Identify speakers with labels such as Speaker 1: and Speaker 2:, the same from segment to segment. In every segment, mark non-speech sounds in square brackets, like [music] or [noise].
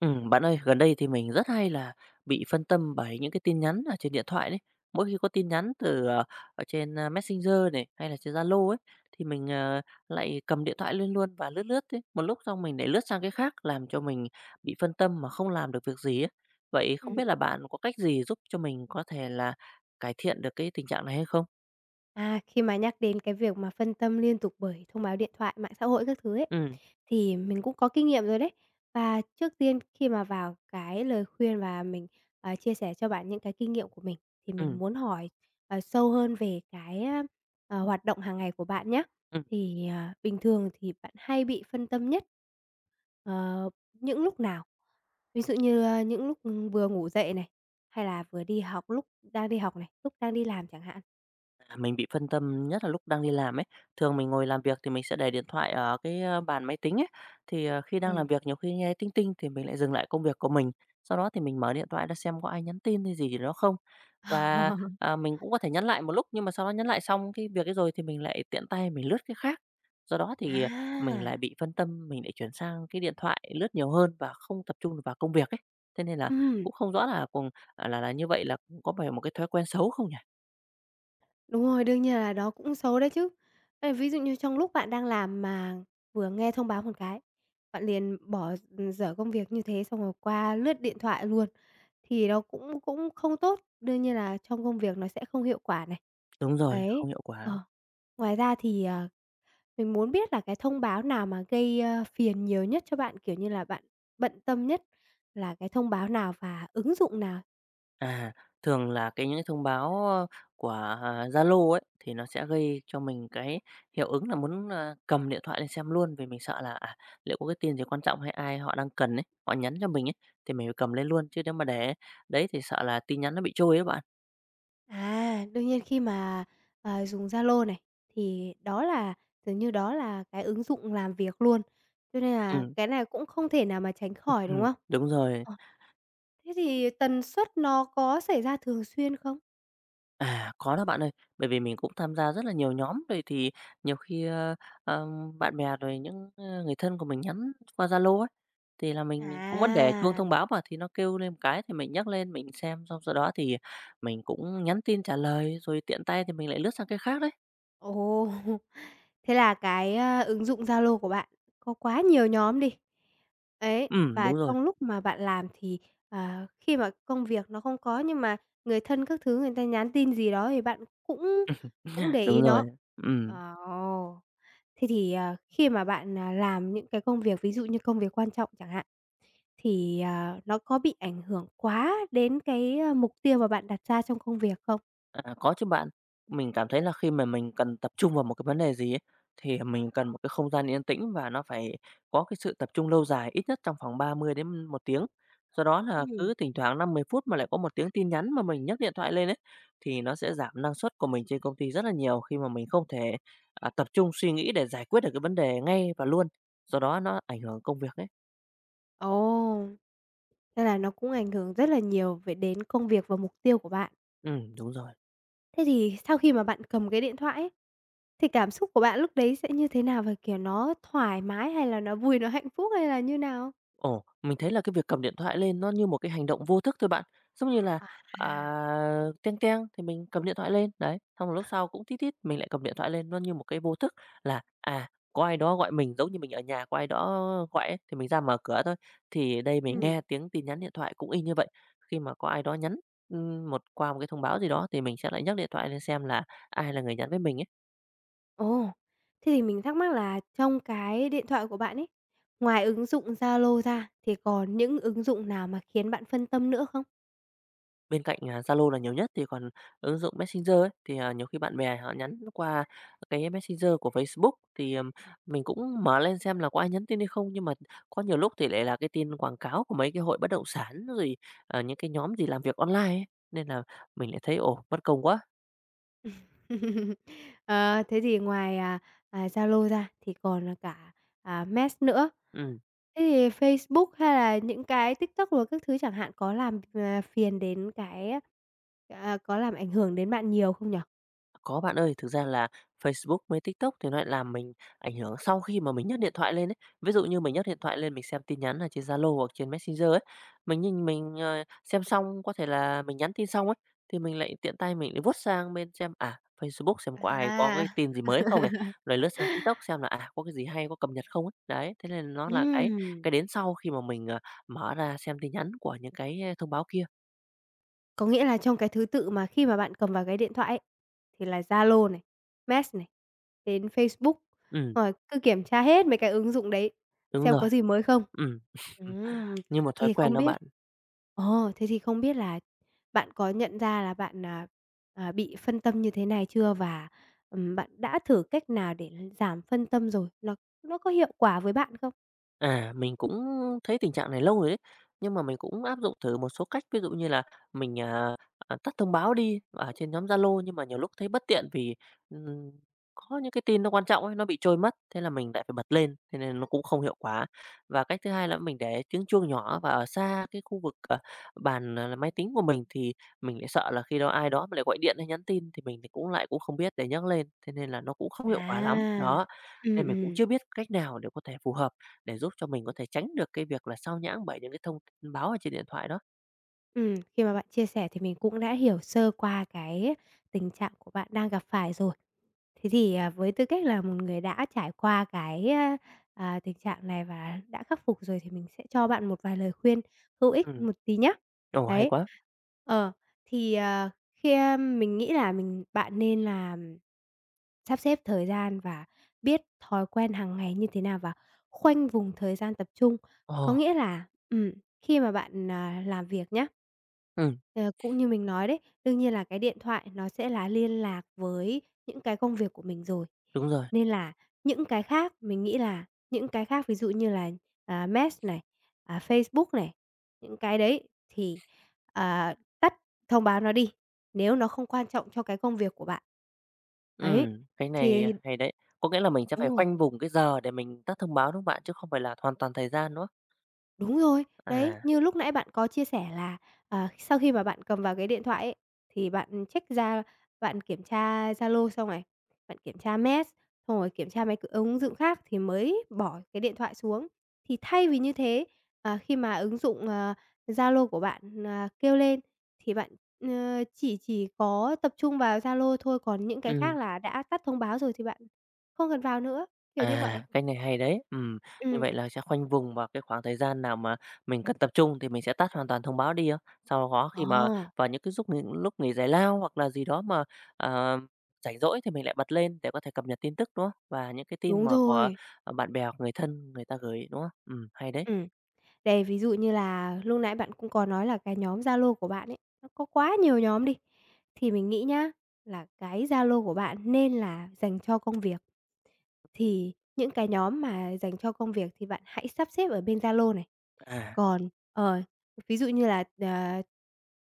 Speaker 1: Bạn ơi, gần đây thì mình rất hay là bị phân tâm bởi những cái tin nhắn ở trên điện thoại đấy. Mỗi khi có tin nhắn từ ở trên Messenger này, hay là trên Zalo ấy, thì mình lại cầm điện thoại lên luôn và lướt lướt ấy, một lúc xong mình lại lướt sang cái khác, làm cho mình bị phân tâm mà không làm được việc gì ấy. Vậy không
Speaker 2: Ừm,
Speaker 1: biết là bạn có cách gì giúp cho mình có thể là cải thiện được cái tình trạng này hay không?
Speaker 2: Khi mà nhắc đến cái việc mà phân tâm liên tục bởi thông báo điện thoại, mạng xã hội các thứ ấy,
Speaker 1: Ừm,
Speaker 2: thì mình cũng có kinh nghiệm rồi đấy. Và trước tiên khi mà vào cái lời khuyên và mình chia sẻ cho bạn những cái kinh nghiệm của mình, thì mình
Speaker 1: ừm,
Speaker 2: muốn hỏi, sâu hơn về hoạt động hàng ngày của bạn nhé.
Speaker 1: ừm.
Speaker 2: Bình thường thì bạn hay bị phân tâm nhất những lúc nào? Ví dụ như những lúc vừa ngủ dậy này, hay là vừa đi học lúc đang đi học này, lúc đang đi làm chẳng hạn?
Speaker 1: À, mình bị phân tâm nhất là lúc đang đi làm ấy. Thường mình ngồi làm việc thì mình sẽ để điện thoại ở cái bàn máy tính ấy, thì khi đang
Speaker 2: Ừm.
Speaker 1: làm việc nhiều khi nghe tinh tinh thì mình lại dừng lại công việc của mình. Sau đó thì mình mở điện thoại ra xem có ai nhắn tin hay gì đó không. Và,
Speaker 2: [laughs]
Speaker 1: mình cũng có thể nhắn lại một lúc, nhưng mà sau đó nhắn lại xong cái việc ấy rồi thì mình lại tiện tay mình lướt cái khác. Do đó thì mình lại
Speaker 2: À!
Speaker 1: bị phân tâm, mình lại chuyển sang cái điện thoại lướt nhiều hơn và không tập trung được vào công việc ấy. Thế nên là
Speaker 2: Ừm,
Speaker 1: cũng không rõ là cùng à, là như vậy là cũng có phải một cái thói quen xấu không nhỉ?
Speaker 2: đúng rồi, đương nhiên là đó cũng xấu đấy chứ. Ê, ví dụ như trong lúc bạn đang làm mà vừa nghe thông báo một cái, bạn liền bỏ, dở công việc như thế xong rồi qua lướt điện thoại luôn, thì nó cũng cũng không tốt, đương nhiên là trong công việc nó sẽ không hiệu quả này.
Speaker 1: Đúng rồi,
Speaker 2: Ấy,
Speaker 1: không hiệu quả.
Speaker 2: ờ, Ngoài ra thì mình muốn biết là cái thông báo nào mà gây phiền nhiều nhất cho bạn, kiểu như là, bạn bận tâm nhất là cái thông báo nào và ứng dụng nào?
Speaker 1: À, thường là cái những cái thông báo của Zalo ấy, thì nó sẽ gây cho mình cái hiệu ứng là muốn cầm điện thoại lên xem luôn, vì mình sợ là liệu có cái tin gì quan trọng hay ai họ đang cần ấy, họ nhắn cho mình ấy, thì mình phải cầm lên luôn, chứ nếu mà để đấy thì sợ là tin nhắn nó bị trôi ấy bạn.
Speaker 2: Đương nhiên khi dùng Zalo này, thì đó là dường như đó là cái ứng dụng làm việc luôn, cho nên là
Speaker 1: Ừm,
Speaker 2: cái này cũng không thể nào mà tránh khỏi, đúng
Speaker 1: [laughs]
Speaker 2: không?
Speaker 1: đúng rồi.
Speaker 2: Ờ. Thế thì tần suất nó có xảy ra thường xuyên không?
Speaker 1: À, có đó bạn ơi, bởi vì mình cũng tham gia rất là nhiều nhóm, vậy thì nhiều khi bạn bè rồi những người thân của mình nhắn qua Zalo ấy, thì là mình cũng vẫn để chuông thông
Speaker 2: À.
Speaker 1: báo mà, thì nó kêu lên một cái thì mình nhắc lên mình xem, xong sau đó thì mình cũng nhắn tin trả lời, rồi tiện tay thì mình lại lướt sang cái khác đấy.
Speaker 2: Ồ! [laughs] Thế là cái ứng dụng Zalo của bạn có quá nhiều nhóm đi. Ấy, và
Speaker 1: Đúng rồi,
Speaker 2: trong lúc mà bạn làm thì khi mà công việc nó không có nhưng mà người thân các thứ người ta nhắn tin gì đó thì bạn cũng cũng để
Speaker 1: đúng
Speaker 2: ý
Speaker 1: rồi,
Speaker 2: nó.
Speaker 1: ừm.
Speaker 2: Ờ, ồ. Thế thì khi mà bạn làm những cái công việc, ví dụ như công việc quan trọng chẳng hạn, thì nó có bị ảnh hưởng quá đến mục tiêu mà bạn đặt ra trong công việc không?
Speaker 1: À, có chứ bạn. Mình cảm thấy là khi mà mình cần tập trung vào một cái vấn đề gì ấy, thì mình cần một cái không gian yên tĩnh và nó phải có cái sự tập trung lâu dài, ít nhất trong khoảng 30 đến một tiếng. Do đó là
Speaker 2: Ừm.
Speaker 1: cứ thỉnh thoảng năm 10 phút mà lại có một tiếng tin nhắn mà mình nhấc điện thoại lên ấy, thì nó sẽ giảm năng suất của mình trên công ty rất là nhiều khi mà mình không thể tập trung suy nghĩ để giải quyết được cái vấn đề ngay và luôn, do đó nó ảnh hưởng công việc ấy.
Speaker 2: Ồ! Nên là nó cũng ảnh hưởng rất là nhiều về đến công việc và mục tiêu của bạn.
Speaker 1: Đúng rồi.
Speaker 2: Thế thì sau khi mà bạn cầm cái điện thoại ấy, thì cảm xúc của bạn lúc đấy sẽ như thế nào? Và, kiểu, nó thoải mái hay là nó vui, nó hạnh phúc hay là như nào?
Speaker 1: Ồ, mình thấy là cái việc cầm điện thoại lên nó như một cái hành động vô thức thôi bạn. Giống như là,
Speaker 2: À.
Speaker 1: à, "teng teng" thì mình cầm điện thoại lên, đấy, xong rồi lúc sau cũng "tít tít" mình lại cầm điện thoại lên, nó như một cái vô thức là có ai đó gọi mình, giống như mình ở nhà có ai đó gọi ấy, thì mình ra mở cửa thôi. Thì đây mình
Speaker 2: Ừ,
Speaker 1: nghe tiếng tin nhắn điện thoại cũng y như vậy, khi mà có ai đó nhắn một qua một cái thông báo gì đó thì mình sẽ lại nhấc điện thoại lên xem là ai là người nhắn với mình ấy.
Speaker 2: ồ, thế thì mình thắc mắc là trong cái điện thoại của bạn ấy, ngoài ứng dụng Zalo ra thì còn những ứng dụng nào mà khiến bạn phân tâm nữa không?
Speaker 1: Bên cạnh Zalo là nhiều nhất thì còn ứng dụng Messenger ấy, thì nhiều khi bạn bè họ nhắn qua cái Messenger của Facebook thì mình cũng mở lên xem là có ai nhắn tin hay không. Nhưng mà có nhiều lúc thì lại là cái tin quảng cáo của mấy cái hội bất động sản rồi, những cái nhóm gì làm việc online ấy, nên là mình lại thấy, ồ, mất công quá.
Speaker 2: [laughs] Ờ, thế thì ngoài Zalo ra thì còn là cả Mess nữa.
Speaker 1: Ừm.
Speaker 2: Thế thì Facebook hay là những cái TikTok rồi các thứ chẳng hạn có làm, à, phiền đến cái à, có làm ảnh hưởng đến bạn nhiều không nhở?
Speaker 1: Có bạn ơi, thực ra là Facebook với TikTok thì nó lại làm mình ảnh hưởng sau khi mà mình nhấc điện thoại lên ấy. Ví dụ như mình nhấc điện thoại lên mình xem tin nhắn là trên Zalo hoặc trên Messenger ấy, mình nhìn mình xem xong có thể là mình nhắn tin xong ấy, thì mình lại tiện tay mình lại vuốt sang bên xem Facebook xem có ai có
Speaker 2: À.
Speaker 1: cái tin gì mới không
Speaker 2: [laughs]
Speaker 1: này, rồi lướt sang TikTok xem là có cái gì hay, có cập nhật không ấy. Đấy, thế nên nó là cái
Speaker 2: Ừm.
Speaker 1: cái đến sau khi mà mình mở ra xem tin nhắn của những cái, thông báo kia.
Speaker 2: Có nghĩa là trong cái thứ tự mà khi mà bạn cầm vào cái điện thoại ấy, thì là Zalo này, Mess này, đến Facebook,
Speaker 1: Ừm,
Speaker 2: rồi cứ kiểm tra hết mấy cái ứng dụng đấy,
Speaker 1: đúng
Speaker 2: xem
Speaker 1: rồi,
Speaker 2: có gì mới không.
Speaker 1: ừm, [laughs]
Speaker 2: Ừm,
Speaker 1: như một thói
Speaker 2: thì
Speaker 1: quen
Speaker 2: không
Speaker 1: đó
Speaker 2: biết
Speaker 1: bạn.
Speaker 2: ờ, thế thì không biết là bạn có nhận ra là bạn bị phân tâm như thế này chưa? Và, bạn đã thử cách nào để l giảm phân tâm rồi? Nó có hiệu quả với bạn không?
Speaker 1: À, mình cũng thấy tình trạng này lâu rồi đấy, nhưng mà mình cũng áp dụng thử một số cách, ví dụ như là mình tắt thông báo đi ở trên nhóm Zalo, nhưng mà nhiều lúc thấy bất tiện vì, ừm, có những cái tin nó quan trọng ấy, nó bị trôi mất, thế là mình lại phải bật lên, thế nên nó cũng không hiệu quả. Và cách thứ hai là mình để tiếng chuông nhỏ và ở xa cái khu vực bàn máy tính của mình thì mình lại sợ là khi đó ai đó mà lại gọi điện hay nhắn tin thì mình thì cũng lại cũng không biết để nhắc lên, thế nên là nó cũng không hiệu quả lắm.
Speaker 2: À,
Speaker 1: Đó,
Speaker 2: ừ
Speaker 1: nên
Speaker 2: ừ.
Speaker 1: mình cũng chưa biết cách nào để có thể phù hợp để giúp cho mình có thể tránh được cái việc là sao nhãng bởi những cái thông tin báo ở trên điện thoại đó.
Speaker 2: Khi mà bạn chia sẻ thì mình cũng đã hiểu sơ qua cái tình trạng của bạn đang gặp phải rồi. Thế thì với tư cách là một người đã trải qua cái tình trạng này và đã khắc phục rồi thì mình sẽ cho bạn một vài lời khuyên hữu ích
Speaker 1: Ừm,
Speaker 2: một tí nhé.
Speaker 1: ồ, hay
Speaker 2: Đấy.
Speaker 1: quá.
Speaker 2: Ờ, thì, ờ, khi, a, Mình nghĩ là bạn nên là sắp xếp thời gian và biết thói quen hàng ngày như thế nào và khoanh vùng thời gian tập trung. Có
Speaker 1: Ồ,
Speaker 2: nghĩa là. Khi mà bạn làm việc nhé,
Speaker 1: ừm,
Speaker 2: ờ, cũng như mình nói đấy, đương nhiên là cái điện thoại nó sẽ là liên lạc với những cái công việc của mình rồi.
Speaker 1: đúng rồi.
Speaker 2: Nên là những cái khác ví dụ như là Mess này, Facebook này, những cái đấy thì, ờ, tắt thông báo nó đi, nếu nó không quan trọng cho cái công việc của bạn.
Speaker 1: Ừ,
Speaker 2: Ấy,
Speaker 1: cái này
Speaker 2: thì
Speaker 1: hay đấy. Có nghĩa là mình sẽ
Speaker 2: Đúng
Speaker 1: phải
Speaker 2: rồi.
Speaker 1: khoanh vùng cái giờ để mình tắt thông báo, đúng không bạn? Chứ không phải là hoàn toàn thời gian, nữa.
Speaker 2: Đúng rồi, đấy,
Speaker 1: À,
Speaker 2: như lúc nãy bạn có chia sẻ là, sau khi mà bạn cầm vào cái điện thoại ấy, thì bạn check ra bạn kiểm tra Zalo xong này, bạn kiểm tra Mess, xong rồi kiểm tra mấy cái ứng dụng khác thì mới bỏ cái điện thoại xuống. Thì thay vì như thế, ờ, khi mà ứng dụng Zalo của bạn kêu lên thì bạn chỉ có tập trung vào Zalo thôi, còn những cái
Speaker 1: ừ.
Speaker 2: khác là đã tắt thông báo rồi thì bạn không cần vào nữa, kiểu như vậy.
Speaker 1: À, cách này hay đấy. Như
Speaker 2: Ừm.
Speaker 1: vậy là sẽ khoanh vùng vào cái khoảng thời gian nào mà mình cần tập trung thì mình sẽ tắt hoàn toàn thông báo đi á. Sau đó khi mà
Speaker 2: Ờ,
Speaker 1: vào những cái giúp những lúc nghỉ giải lao hoặc là gì đó mà, ờ, rảnh rỗi thì mình lại bật lên để có thể cập nhật tin tức, đúng không? Và những cái tin
Speaker 2: đúng
Speaker 1: mà của,
Speaker 2: rồi,
Speaker 1: ờ, bạn bè hoặc người thân người ta gửi, đúng không? Hay đấy.
Speaker 2: ừm. Đây, ví dụ như là lúc nãy bạn cũng có nói là cái nhóm Zalo của bạn ấy, nó có quá nhiều nhóm đi, thì mình nghĩ nhá, là cái Zalo của bạn nên là dành cho công việc. Thì những cái nhóm mà dành cho công việc thì bạn hãy sắp xếp ở bên Zalo này.
Speaker 1: À,
Speaker 2: Còn ví dụ như là,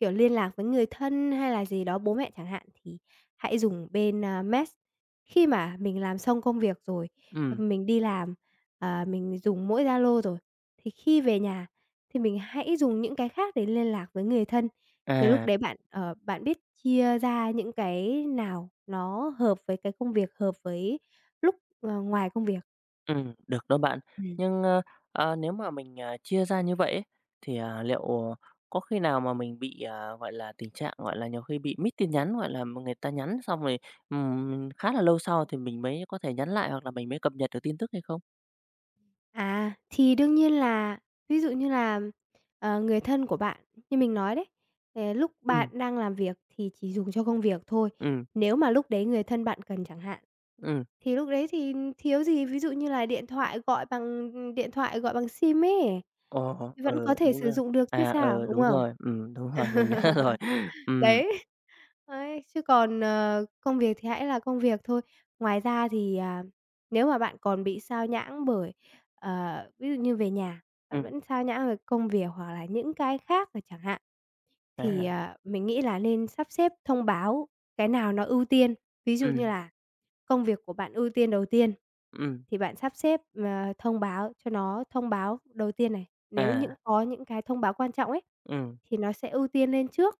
Speaker 2: kiểu, liên lạc với người thân hay là gì đó, bố mẹ chẳng hạn, thì hãy dùng bên Mess. Khi mà mình làm xong công việc rồi,
Speaker 1: ừm,
Speaker 2: mình đi làm, mình dùng mỗi Zalo rồi thì khi về nhà thì mình hãy dùng những cái khác để liên lạc với người thân. Cái lúc
Speaker 1: à.
Speaker 2: đấy bạn bạn biết chia ra những cái nào nó hợp với cái công việc, hợp với lúc ngoài công việc.
Speaker 1: Được đó bạn.
Speaker 2: Ừm.
Speaker 1: Nhưng nếu mà mình chia ra như vậy ấy, thì liệu có khi nào mà mình bị gọi là, tình trạng, gọi là, nhiều khi bị mít tin nhắn, gọi là, người ta nhắn xong rồi khá là lâu sau thì mình mới có thể nhắn lại hoặc là mình mới cập nhật được tin tức hay không?
Speaker 2: À, thì Đương nhiên là ví dụ như là, người thân của bạn, như mình nói đấy, lúc bạn
Speaker 1: Ừm,
Speaker 2: đang làm việc thì chỉ dùng cho công việc thôi.
Speaker 1: ừm,
Speaker 2: Nếu mà lúc đấy người thân bạn cần chẳng hạn.
Speaker 1: ừm.
Speaker 2: Thì lúc đấy thì thiếu gì, ví dụ như là điện thoại gọi bằng, điện thoại gọi bằng SIM ấy,
Speaker 1: Ồ,
Speaker 2: vẫn
Speaker 1: ờ
Speaker 2: có thể
Speaker 1: đúng
Speaker 2: sử
Speaker 1: rồi.
Speaker 2: dụng được chứ sao,
Speaker 1: Ờ
Speaker 2: đúng không?
Speaker 1: đúng rồi, mình nhớ [laughs] rồi. Ừm,
Speaker 2: Đấy, ấy, chứ còn công việc thì hãy là công việc thôi. Ngoài ra thì nếu mà bạn còn bị xao nhãng bởi, ví dụ như về nhà, bạn
Speaker 1: ừm,
Speaker 2: vẫn xao nhãng về công việc hoặc là những cái khác rồi chẳng hạn thì,
Speaker 1: à,
Speaker 2: à, mình nghĩ là nên sắp xếp thông báo cái nào nó ưu tiên. Ví dụ như
Speaker 1: ừm,
Speaker 2: là công việc của bạn ưu tiên đầu tiên,
Speaker 1: ừm,
Speaker 2: thì bạn sắp xếp thông báo cho nó thông báo đầu tiên này. Nếu
Speaker 1: à,
Speaker 2: có những cái thông báo quan trọng ấy,
Speaker 1: ừm,
Speaker 2: thì nó sẽ ưu tiên lên trước.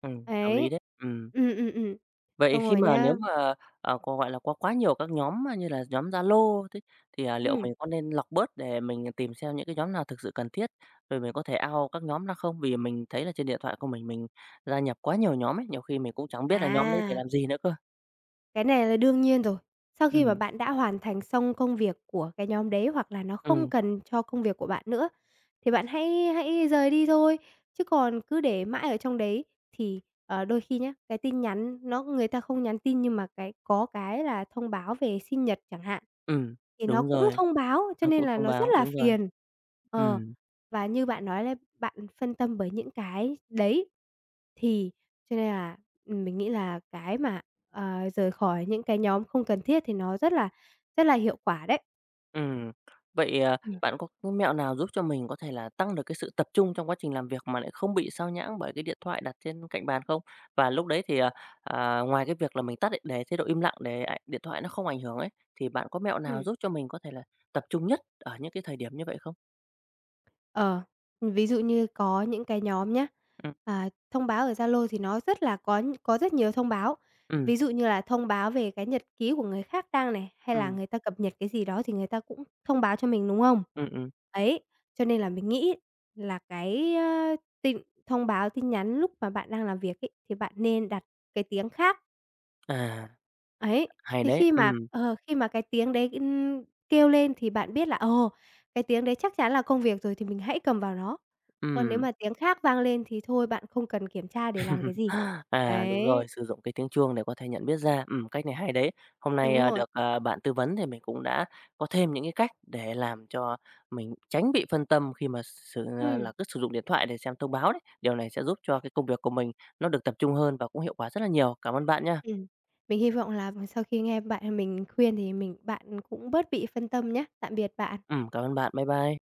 Speaker 1: hợp lý
Speaker 2: Ấy.
Speaker 1: đấy.
Speaker 2: Ừm.
Speaker 1: Vậy
Speaker 2: Xong
Speaker 1: khi
Speaker 2: rồi
Speaker 1: mà nếu
Speaker 2: nha
Speaker 1: mà có, gọi là, có quá nhiều các nhóm mà như là nhóm Zalo thế thì liệu
Speaker 2: ừm,
Speaker 1: mình có nên lọc bớt để mình tìm xem những cái nhóm nào thực sự cần thiết, rồi mình có thể out các nhóm ra không? Vì mình thấy là trên điện thoại của mình gia nhập quá nhiều nhóm ấy, nhiều khi mình cũng chẳng biết là nhóm đấy để
Speaker 2: à.
Speaker 1: làm gì nữa cơ.
Speaker 2: Cái này là đương nhiên rồi. Sau khi mà
Speaker 1: Ừm,
Speaker 2: bạn đã hoàn thành xong công việc của cái nhóm đấy, hoặc là nó không
Speaker 1: ừm,
Speaker 2: cần cho công việc của bạn nữa, thì bạn hãy hãy rời đi thôi. Chứ còn cứ để mãi ở trong đấy thì đôi khi nhá, cái tin nhắn nó người ta không nhắn tin nhưng mà có cái thông báo về sinh nhật chẳng hạn,
Speaker 1: ừm,
Speaker 2: thì nó
Speaker 1: đúng
Speaker 2: cũng
Speaker 1: rồi,
Speaker 2: thông báo, cho
Speaker 1: nó
Speaker 2: nên
Speaker 1: cũng
Speaker 2: là
Speaker 1: thông
Speaker 2: nó rất
Speaker 1: báo,
Speaker 2: là
Speaker 1: đúng rồi,
Speaker 2: phiền. Ờ,
Speaker 1: ừm.
Speaker 2: và như bạn nói là bạn phân tâm bởi những cái đấy, thì cho nên là ừm, mình nghĩ là cái rời khỏi những cái nhóm không cần thiết thì nó rất là hiệu quả đấy.
Speaker 1: Ừm, vậy
Speaker 2: Ừm.
Speaker 1: bạn có cái mẹo nào giúp cho mình có thể là tăng được cái sự tập trung trong quá trình làm việc mà lại không bị sao nhãng bởi cái điện thoại đặt trên cạnh bàn không? Và lúc đấy thì ngoài cái việc là mình tắt để chế độ im lặng để ảnh điện thoại nó không ảnh hưởng ấy, thì bạn có mẹo nào
Speaker 2: Ừm,
Speaker 1: giúp cho mình có thể là tập trung nhất ở những cái thời điểm như vậy không?
Speaker 2: ờ, Ví dụ như có những cái nhóm nhá,
Speaker 1: ừ
Speaker 2: à, thông báo ở Zalo thì nó rất là có rất nhiều thông báo.
Speaker 1: ừ
Speaker 2: Ví dụ như là thông báo về cái nhật ký của người khác đăng này, hay là
Speaker 1: ừ
Speaker 2: người ta cập nhật cái gì đó thì người ta cũng thông báo cho mình, đúng không?
Speaker 1: ừ ừm.
Speaker 2: Ấy, cho nên là mình nghĩ là cái, ơ, tin thông báo tin nhắn lúc mà bạn đang làm việc ấy, thì bạn nên đặt cái tiếng khác.
Speaker 1: À,
Speaker 2: Ấy,
Speaker 1: hay
Speaker 2: thì
Speaker 1: đấy,
Speaker 2: khi mà cái tiếng đấy kêu lên thì bạn biết là, ồ, cái tiếng đấy chắc chắn là công việc rồi thì mình hãy cầm vào nó. Còn nếu
Speaker 1: ừ
Speaker 2: mà tiếng khác vang lên thì thôi bạn không cần kiểm tra để làm cái
Speaker 1: [laughs]
Speaker 2: gì.
Speaker 1: À, đúng
Speaker 2: Đấy,
Speaker 1: rồi, sử dụng cái tiếng chuông để có thể nhận biết ra. Cách này hay đấy. Hôm nay,
Speaker 2: đúng
Speaker 1: à,
Speaker 2: rồi.
Speaker 1: được, à, bạn tư vấn thì mình cũng đã có thêm những cái cách để làm cho mình tránh bị phân tâm khi mà sử à,
Speaker 2: Ừm,
Speaker 1: là cứ sử dụng điện thoại để xem thông báo đấy. Điều này sẽ giúp cho cái công việc của mình nó được tập trung hơn và cũng hiệu quả rất là nhiều. Cảm ơn bạn nha.
Speaker 2: ừm. Mình hy vọng là sau khi nghe mình khuyên thì bạn cũng bớt bị phân tâm nhá. Tạm biệt bạn.
Speaker 1: Cảm ơn bạn. Bye bye.